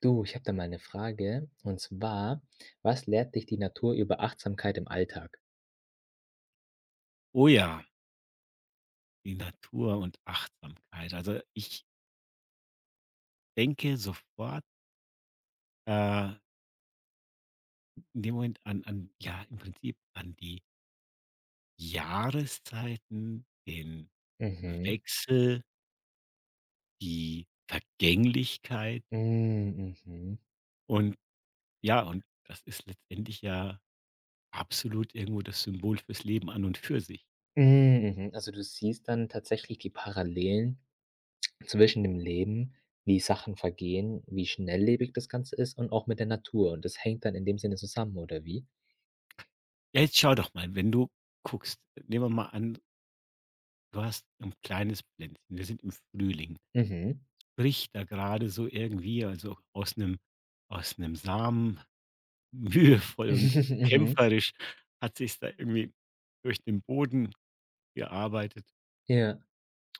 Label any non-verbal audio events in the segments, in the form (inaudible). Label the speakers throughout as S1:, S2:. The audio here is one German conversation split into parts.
S1: Du, ich habe da mal eine Frage, und zwar: Was lehrt dich die Natur über Achtsamkeit im Alltag?
S2: Oh ja, die Natur und Achtsamkeit. Also, ich denke sofort, äh, in dem Moment an ja, im Prinzip an die Jahreszeiten, den
S1: Mhm.
S2: Wechsel, die Vergänglichkeit
S1: Hm, mhm.
S2: und ja, und das ist letztendlich ja absolut irgendwo das Symbol fürs Leben an und für sich.
S1: Hm, mhm. Also, du siehst dann tatsächlich die Parallelen zwischen dem Leben, wie Sachen vergehen, wie schnelllebig das Ganze ist und auch mit der Natur. Und das hängt dann in dem Sinne zusammen, oder wie?
S2: Ja, jetzt schau doch mal, wenn du guckst nehmen wir mal an, du hast ein kleines Pflänzchen. Wir sind im Frühling.
S1: Mhm.
S2: Bricht da gerade so irgendwie, also aus einem Samen (laughs) mühevoll und
S1: (laughs) Mhm.
S2: kämpferisch, hat sich's da irgendwie durch den Boden gearbeitet
S1: Ja.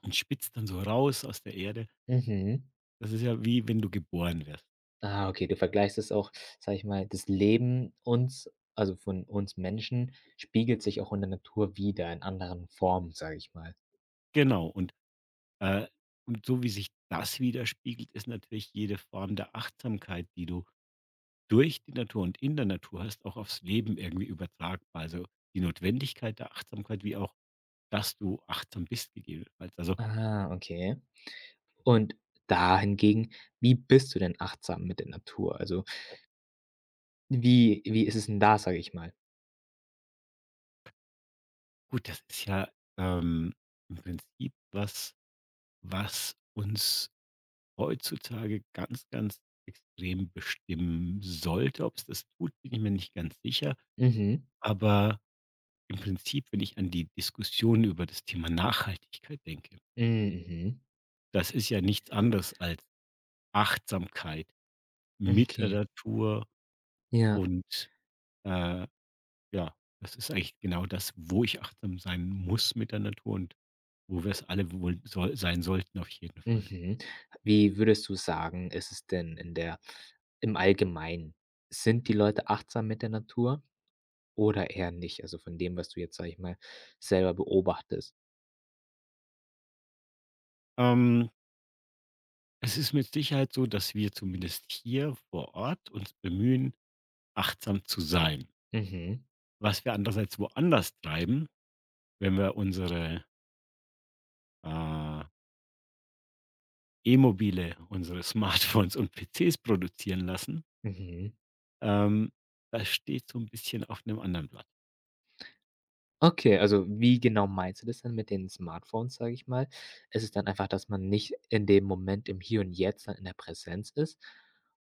S2: und spitzt dann so raus aus der Erde.
S1: Mhm.
S2: Das ist ja wie wenn du geboren wirst.
S1: Ah, okay, du vergleichst es auch, sage ich mal, das Leben uns also von uns Menschen spiegelt sich auch in der Natur wieder in anderen Formen, sage ich mal.
S2: Genau, äh und so wie sich das widerspiegelt, ist natürlich jede Form der Achtsamkeit, die du durch die Natur und in der Natur hast, auch aufs Leben irgendwie übertragbar. Also, die Notwendigkeit der Achtsamkeit wie auch, dass du achtsam bist gegebenenfalls. Also,
S1: Ah, okay. Und da hingegen, wie bist du denn achtsam mit der Natur? Also, wie ist es denn da, sage ich mal?
S2: gut, das ist ja ähm, im Prinzip was, was uns heutzutage ganz, ganz extrem bestimmen sollte. Ob es das tut, bin ich mir nicht ganz sicher.
S1: Mhm.
S2: Aber im Prinzip, wenn ich an die Diskussion über das Thema Nachhaltigkeit denke,
S1: Mhm, mhm.
S2: das ist ja nichts anderes als Achtsamkeit mit der
S1: Okay.
S2: Natur
S1: Ja.
S2: und, äh, ja, das ist eigentlich genau das, wo ich achtsam sein muss mit der Natur, und wo wir es alle wohl soll sein sollten auf jeden Fall.
S1: Mhm. Wie würdest du sagen, ist es denn in der im Allgemeinen? Sind die Leute achtsam mit der Natur? Oder eher nicht, also von dem, was du jetzt, sage ich mal, selber beobachtest.
S2: Ähm, Es ist mit Sicherheit so, dass wir zumindest hier vor Ort uns bemühen, achtsam zu sein.
S1: Mhm,
S2: Was wir andererseits woanders treiben, wenn wir unsere äh, E-Mobile, unsere Smartphones und PCs produzieren lassen,
S1: mhm.
S2: ähm, das steht so ein bisschen auf einem anderen Blatt.
S1: Okay, also wie genau meinst du das dann mit den Smartphones, sage ich mal? Ist es dann einfach, dass man nicht in dem Moment im Hier und Jetzt dann in der Präsenz ist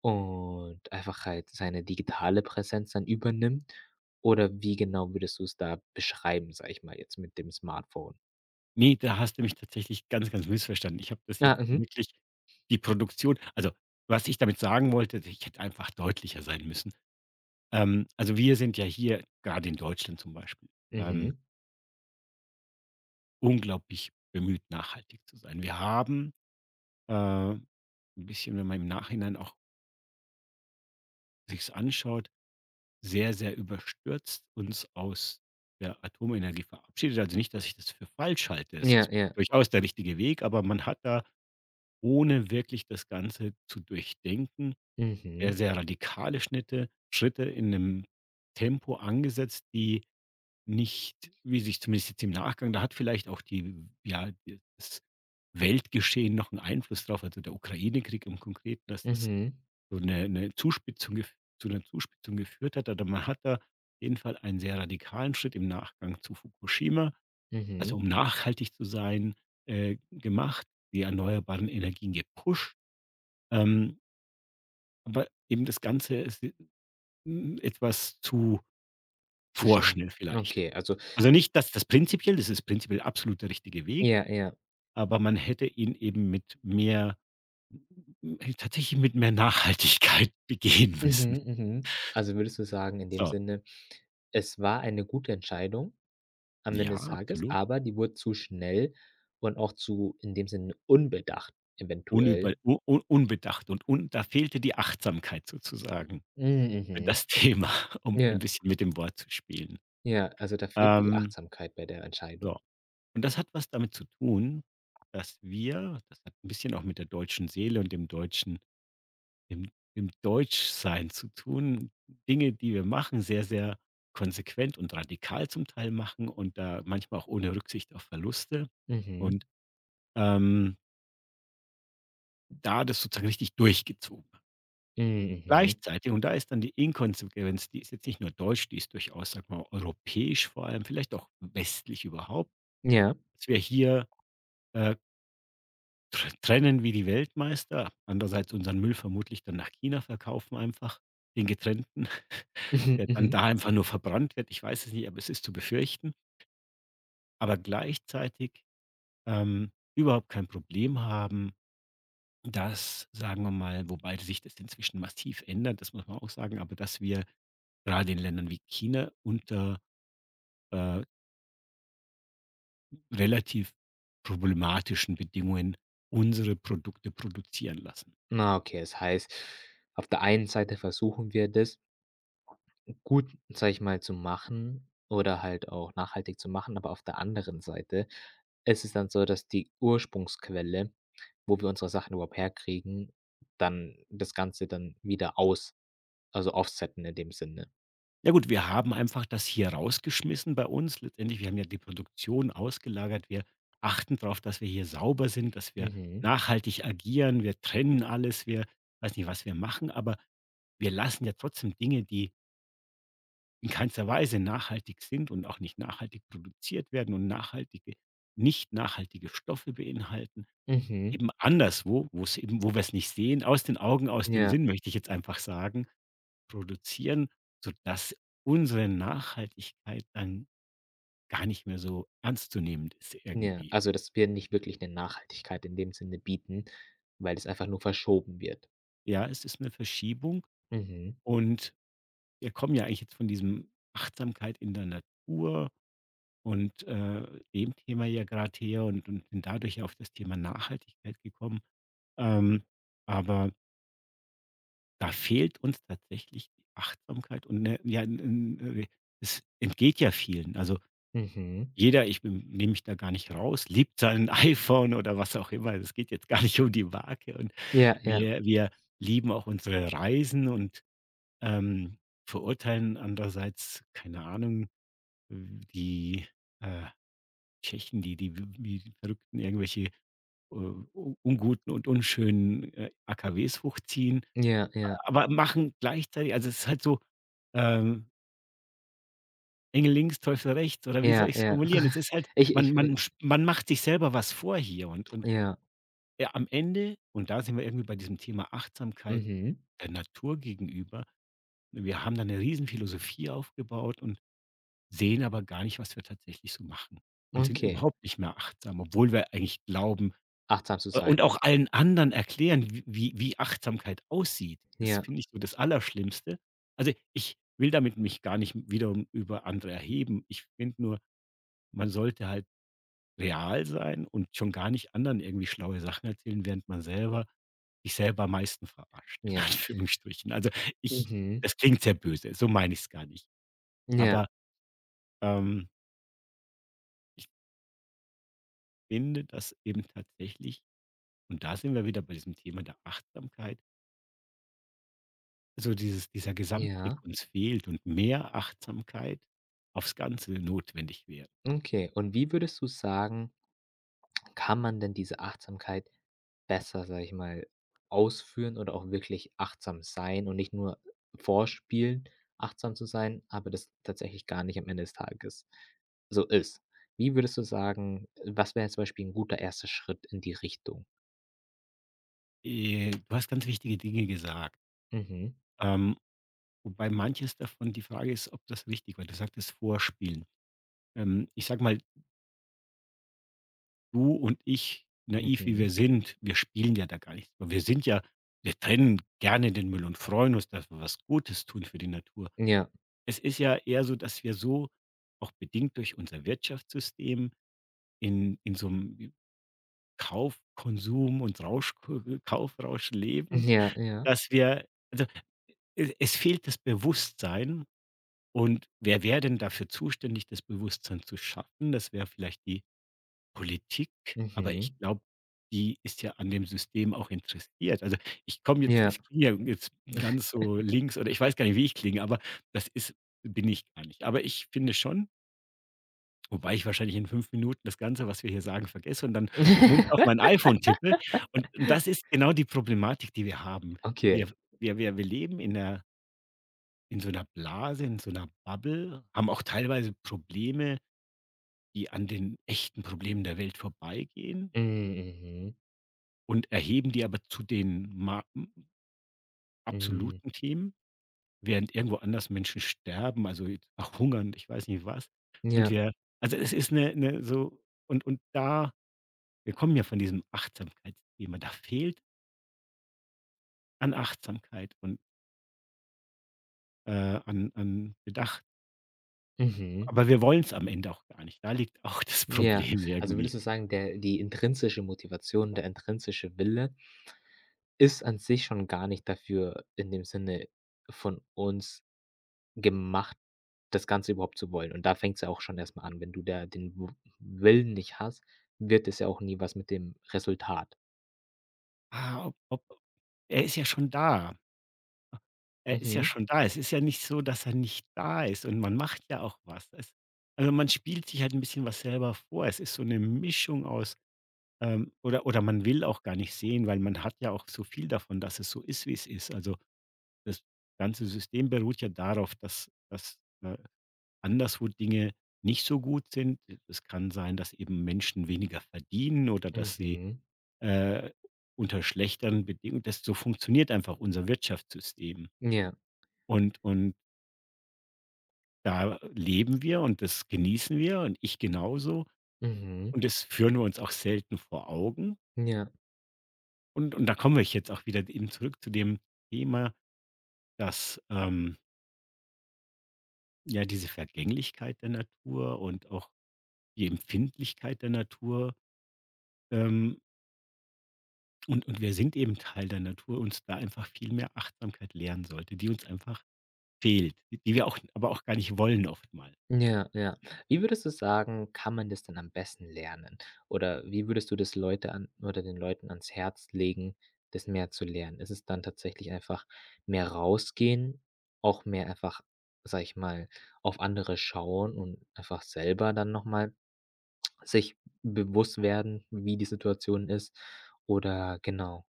S1: und einfach halt seine digitale Präsenz dann übernimmt? Oder wie genau würdest du es da beschreiben, sage ich mal, jetzt mit dem Smartphone?
S2: Ne, da hast du mich tatsächlich ganz, ganz missverstanden. Ich habe das
S1: Ja,
S2: jetzt
S1: mhm,
S2: wirklich die Produktion, also, was ich damit sagen wollte, ich hätte einfach deutlicher sein müssen. Also, wir sind ja hier, gerade in Deutschland zum Beispiel, ähm,
S1: mhm.
S2: unglaublich bemüht, nachhaltig zu sein. Wir haben, 'n bisschen, wenn man im Nachhinein auch sich's anschaut, sehr, sehr überstürzt uns aus der Atomenergie verabschiedet. Also nicht, dass ich das für falsch halte. Es
S1: Ja,
S2: ist
S1: ja.
S2: durchaus der richtige Weg, aber man hat da, ohne wirklich das Ganze zu durchdenken, sehr,
S1: Mhm,
S2: sehr radikale Schnitte Schritte in 'nem Tempo angesetzt, die nicht, wie sich zumindest jetzt im Nachgang da hat, vielleicht auch die, ja, d das Weltgeschehen noch einen Einfluss drauf, also, der Ukraine Krieg im Konkreten, dass das
S1: mhm,
S2: so eine 'ne Zuspitzung gef zu einer Zuspitzung geführt hat. Oder man hat da auf jeden Fall einen sehr radikalen Schritt im Nachgang zu Fukushima, also,
S1: mhm.
S2: um nachhaltig zu sein, gemacht, die erneuerbaren Energien gepusht, ähm, aber eben das Ganze ist, etwas zu
S1: Zwischen
S2: vorschnell vielleicht.
S1: Okay, also
S2: Also nicht, dass das prinzipiell das ist prinzipiell absolut der richtige Weg,
S1: ja, ja.
S2: aber man hätte ihn eben mit mehr, tatsächlich mit mehr Nachhaltigkeit (laughs) begehen müssen.
S1: Mhm, mhm. Also würdest du sagen, in dem
S2: So,
S1: Sinne, es war eine gute Entscheidung am Ende
S2: ja,
S1: des Tages,
S2: absolut.
S1: aber die wurde zu schnell und auch zu in dem Sinne unbedacht
S2: Unüber
S1: eventuell.
S2: u u Unbedacht, und un da fehlte die Achtsamkeit sozusagen
S1: Mhm,
S2: für
S1: mhm.
S2: das (laughs) Thema, um
S1: Ja,
S2: ein bisschen mit dem Wort zu spielen.
S1: ja, also da fehlte die
S2: Ähm,
S1: Achtsamkeit bei der Entscheidung.
S2: so, und das hat was damit zu tun, dass wir das hat ein bisschen auch mit der deutschen Seele und dem deutschen Im im Deutschsein zu tun, Dinge, die wir machen, sehr, sehr konsequent und radikal zum Teil machen und da manchmal auch ohne Rücksicht auf Verluste
S1: Mhm.
S2: und, ähm, da das sozusagen richtig durchgezogen.
S1: Mhm, mhm.
S2: Gleichzeitig, und da ist dann die Inkonsequenz, die ist jetzt nicht nur deutsch, die ist durchaus, sag mal, europäisch vor allem, vielleicht auch westlich überhaupt,
S1: Ja.
S2: dass wir hier, äh, tr trennen wie die Weltmeister, andererseits unseren Müll vermutlich dann nach China verkaufen einfach, den getrennten.
S1: (laughs) Mhm,
S2: Der dann
S1: mhm.
S2: da einfach nur verbrannt wird. Ich weiß es nicht, aber es ist zu befürchten. Aber gleichzeitig überhaupt kein Problem haben, dass, sagen wir mal, wobei sich das inzwischen massiv ändert, das muss man auch sagen, aber dass wir gerade in Ländern wie China unter, äh, relativ problematischen Bedingungen unsere Produkte produzieren lassen.
S1: Na, okay, das heißt, auf der einen Seite versuchen wir das Gut, sage ich mal, zu machen oder halt auch nachhaltig zu machen, aber auf der anderen Seite ist es dann so, dass die Ursprungsquelle, wo wir unsere Sachen überhaupt herkriegen, dann das Ganze dann wieder aus also offsetten in dem Sinne.
S2: Ja gut, wir haben einfach das hier rausgeschmissen bei uns. Letztendlich, wir haben ja die Produktion ausgelagert. Wir achten darauf, dass wir hier sauber sind, dass wir
S1: Mhm.
S2: nachhaltig agieren. Wir trennen alles. Wir weiß nicht, was wir machen, aber wir lassen ja trotzdem Dinge, die in keinster Weise nachhaltig sind und auch nicht nachhaltig produziert werden und nachhaltige nicht nachhaltige Stoffe beinhalten,
S1: Mhm.
S2: eben anderswo, wo es eben wo wir es nicht sehen, aus den Augen, aus dem
S1: Ja,
S2: Sinn, möchte ich jetzt einfach sagen, produzieren, sodass unsere Nachhaltigkeit dann gar nicht mehr so ernstzunehmend ist
S1: ja.
S2: irgendwie.
S1: Also, dass wir nicht wirklich eine Nachhaltigkeit in dem Sinne bieten, weil es einfach nur verschoben wird.
S2: Ja, es ist eine Verschiebung,
S1: Mhm.
S2: und wir kommen ja eigentlich jetzt von diesem Achtsamkeit in der Natur und, dem Thema ja gerade her, und sind dadurch ja auf das Thema Nachhaltigkeit gekommen. Ähm, aber da fehlt uns tatsächlich die Achtsamkeit, und 'ne ja, 'n 'n es entgeht ja vielen. Also,
S1: Mhm.
S2: jeder, ich nehme mich da gar nicht raus, liebt sein (laughs) iPhone oder was auch immer. Es geht jetzt gar nicht um die Marke, und
S1: Ja, ja,
S2: wir lieben auch unsere Reisen und, ähm, verurteilen andererseits, keine Ahnung, die, äh, Tschechen, die Verrückten irgendwelche, äh, u unguten und unschönen, AKWs hochziehen,
S1: ja, ja,
S2: aber machen gleichzeitig, also, es ist halt so, ähm Engel links, Teufel rechts, oder wie soll
S1: ja,
S2: ich's
S1: ja.
S2: formulieren? Es ist
S1: (laughs)
S2: halt,
S1: Ich
S2: man
S1: ich,
S2: man
S1: äh
S2: sch man macht sich selber was vor hier und,
S1: ja.
S2: ja, am Ende, und da sind wir irgendwie bei diesem Thema Achtsamkeit
S1: Mhm.
S2: der Natur gegenüber. Wir haben da 'ne Riesenphilosophie aufgebaut und sehen aber gar nicht, was wir tatsächlich so machen, und sind
S1: Okay.
S2: überhaupt nicht mehr achtsam, obwohl wir eigentlich glauben,
S1: Achtsam zu
S2: und
S1: sein.
S2: auch allen anderen erklären, w wie wie Achtsamkeit aussieht. Das
S1: Ja,
S2: finde ich so das Allerschlimmste. Also, ich will damit mich gar nicht wiederum über andere erheben. Ich finde nur, man sollte halt real sein und schon gar nicht anderen irgendwie schlaue Sachen erzählen, während man selber sich selber am meisten verarscht, in (laughs)
S1: ja.
S2: Anführungsstrichen. Also, ich
S1: Mhm.
S2: das klingt sehr böse, so meine ich es gar nicht.
S1: Ja,
S2: Aber, ähm, ich finde, dass eben tatsächlich, und da sind wir wieder bei diesem Thema der Achtsamkeit, so dieses dieser Gesamtblick
S1: ja.
S2: uns fehlt und mehr Achtsamkeit aufs Ganze notwendig wäre.
S1: Okay. Und wie würdest du sagen, kann man denn diese Achtsamkeit besser, sage ich mal, ausführen oder auch wirklich achtsam sein und nicht nur vorspielen, achtsam zu sein, aber das tatsächlich gar nicht am Ende des Tages so ist? Wie würdest du sagen, was wäre zum Beispiel ein guter erster Schritt in die Richtung?
S2: Du hast ganz wichtige Dinge gesagt,
S1: Mhm,
S2: ähm, wobei manches davon die Frage ist, ob das richtig war. Du sagtest Vorspielen. Ich sage mal, du und ich, naiv wie
S1: mhm.
S2: wir sind, wir spielen ja da gar nichts. Aber wir sind ja, wir trennen gerne den Müll und freuen uns, dass wir was Gutes tun für die Natur.
S1: Ja,
S2: Es ist ja eher so, dass wir so, auch bedingt durch unser Wirtschaftssystem, in so einem Kauf, Konsum und Rausch (laughs) Kaufrausch leben,
S1: ja, ja.
S2: dass wir, also, e es fehlt das Bewusstsein, und wer wäre denn dafür zuständig, das Bewusstsein zu schaffen? Das wäre vielleicht die Politik, aber ich
S1: Mhm.
S2: glaube, die ist ja an dem System auch interessiert. Also, ich komme jetzt,
S1: Ja.
S2: ich klinge ja jetzt ganz so links oder ich weiß gar nicht, wie ich klinge, aber das ist, bin ich gar nicht. Aber ich finde schon, wobei ich wahrscheinlich in 5 Minuten das Ganze, was wir hier sagen, vergesse und dann munter auf mein
S1: (laughs)
S2: iPhone tippe. Und das ist genau die Problematik, die wir haben.
S1: Okay.
S2: Wir wir leben in 'ner in so einer Blase, in so einer Bubble, haben auch teilweise Probleme, die an den echten Problemen der Welt vorbeigehen,
S1: Mhm, mhm,
S2: und erheben die aber zu den ma
S1: mhm.
S2: absoluten Themen, während irgendwo anders Menschen sterben, also jetzt verhungern, ich weiß nicht was. Und
S1: Ja,
S2: wir, also es ist eine 'ne so und da wir kommen ja von diesem Achtsamkeitsthema, da fehlt an Achtsamkeit und, an Bedacht.
S1: mhm.
S2: Aber wir wollen es am Ende auch gar nicht. Da liegt auch das
S1: Ja.
S2: Problem
S1: Also,
S2: irgendwie.
S1: würdest du sagen, der die intrinsische Motivation, der intrinsische Wille ist an sich schon gar nicht dafür in dem Sinne von uns gemacht, das Ganze überhaupt zu wollen. Und da fängt es ja auch schon erstmal an. Wenn du da den W Willen nicht hast, wird es ja auch nie was mit dem Resultat.
S2: Ah, ob ob er ist ja schon da. Er ist ja
S1: Mhm.
S2: schon da. Es ist ja nicht so, dass er nicht da ist, und man macht ja auch was. Es, also, man spielt sich halt ein bisschen was selber vor. Es ist so eine Mischung aus, oder man will auch gar nicht sehen, weil man hat ja auch so viel davon, dass es so ist, wie es ist. Also, das ganze System beruht ja darauf, dass äh, anderswo Dinge nicht so gut sind. Es kann sein, dass eben Menschen weniger verdienen oder dass sie,
S1: Mhm.
S2: äh, unter schlechteren Bedingungen, das so funktioniert einfach unser Wirtschaftssystem.
S1: Ja.
S2: Und und Da leben wir und das genießen wir, und ich genauso,
S1: Mhm.
S2: und das führen wir uns auch selten vor Augen.
S1: Ja.
S2: Da komme ich jetzt auch wieder eben zurück zu dem Thema, dass, ja, diese Vergänglichkeit der Natur und auch die Empfindlichkeit der Natur, ähm, und wir sind eben Teil der Natur, uns da einfach viel mehr Achtsamkeit lernen sollte, die uns einfach fehlt, die wir auch aber auch gar nicht wollen oftmals.
S1: Ja, ja. Wie würdest du sagen, kann man das denn am besten lernen? Oder wie würdest du das Leute an oder den Leuten ans Herz legen, das mehr zu lernen? Ist es dann tatsächlich einfach mehr rausgehen, auch mehr einfach, sage ich mal, auf andere schauen und einfach selber dann noch mal sich bewusst werden, wie die Situation ist? Oder genau.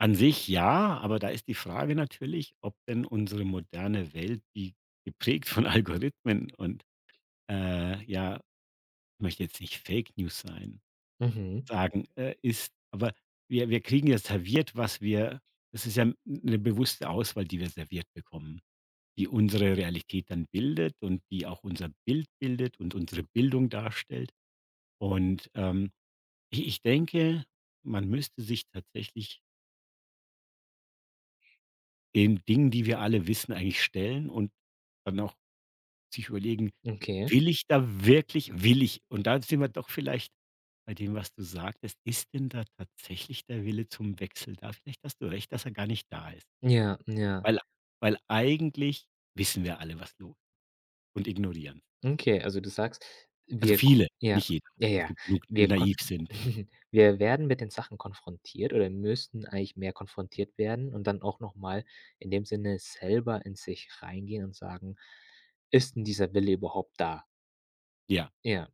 S2: An sich ja, aber da ist die Frage natürlich, ob denn unsere moderne Welt, die geprägt von (laughs) Algorithmen und, ja, ich möchte jetzt nicht Fake News sein
S1: Mhm.
S2: sagen, ist. Aber wir kriegen ja serviert, was wir, das ist ja 'n 'ne bewusste Auswahl, die wir serviert bekommen, die unsere Realität dann bildet und die auch unser Bild bildet und unsere Bildung darstellt. Und, i ich denke, man müsste sich tatsächlich den Dingen, die wir alle wissen, eigentlich stellen und dann auch sich überlegen:
S1: Okay.
S2: „Will ich da wirklich, will ich?" Und da sind wir doch vielleicht bei dem, was du sagtest. Ist denn da tatsächlich der Wille zum Wechsel da? Vielleicht hast du recht, dass er gar nicht da ist.
S1: Ja, ja.
S2: Weil, weil eigentlich wissen wir alle, was los, und ignorieren.
S1: Okay, also du sagst,
S2: Also,
S1: wir k
S2: viele,
S1: ja,
S2: nicht jeder.
S1: ja,
S2: Es
S1: ja,
S2: gibt genug, die
S1: wir
S2: naiv
S1: konnten
S2: sind.
S1: (laughs) wir werden mit den Sachen konfrontiert oder müssten eigentlich mehr konfrontiert werden und dann auch noch mal in dem Sinne selber in sich reingehen und sagen: „Ist denn dieser Wille überhaupt da?“
S2: Ja,
S1: Ja.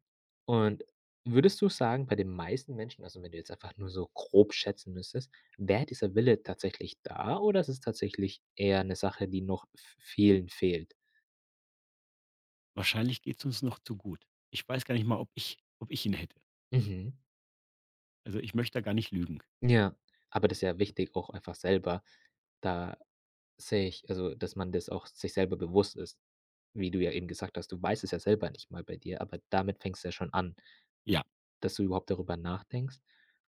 S1: Und würdest du sagen, bei den meisten Menschen, also wenn du jetzt einfach nur so grob schätzen müsstest, wäre dieser Wille tatsächlich da oder ist es tatsächlich eher eine Sache, die noch v vielen fehlt?
S2: wahrscheinlich geht's uns noch zu gut. Ich weiß gar nicht mal, ob ich ihn hätte.
S1: Mhm.
S2: Also, ich möchte da gar nicht lügen.
S1: Ja, aber das ist ja wichtig, auch einfach selber da sehe ich, also, dass man das auch sich selber bewusst ist. Wie du ja eben gesagt hast, du weißt es ja selber nicht mal bei dir, aber damit fängst du ja schon an,
S2: Ja.
S1: dass du überhaupt darüber nachdenkst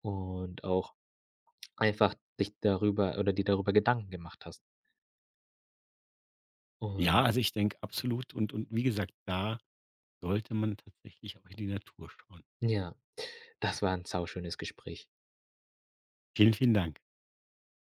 S1: und auch einfach dich darüber oder dir darüber Gedanken gemacht hast.
S2: Ja,
S1: Und
S2: also, ich denke absolut, und wie gesagt, da sollte man tatsächlich auch in die Natur schauen.
S1: ja, das war ein sauschönes Gespräch.
S2: Vielen, vielen Dank.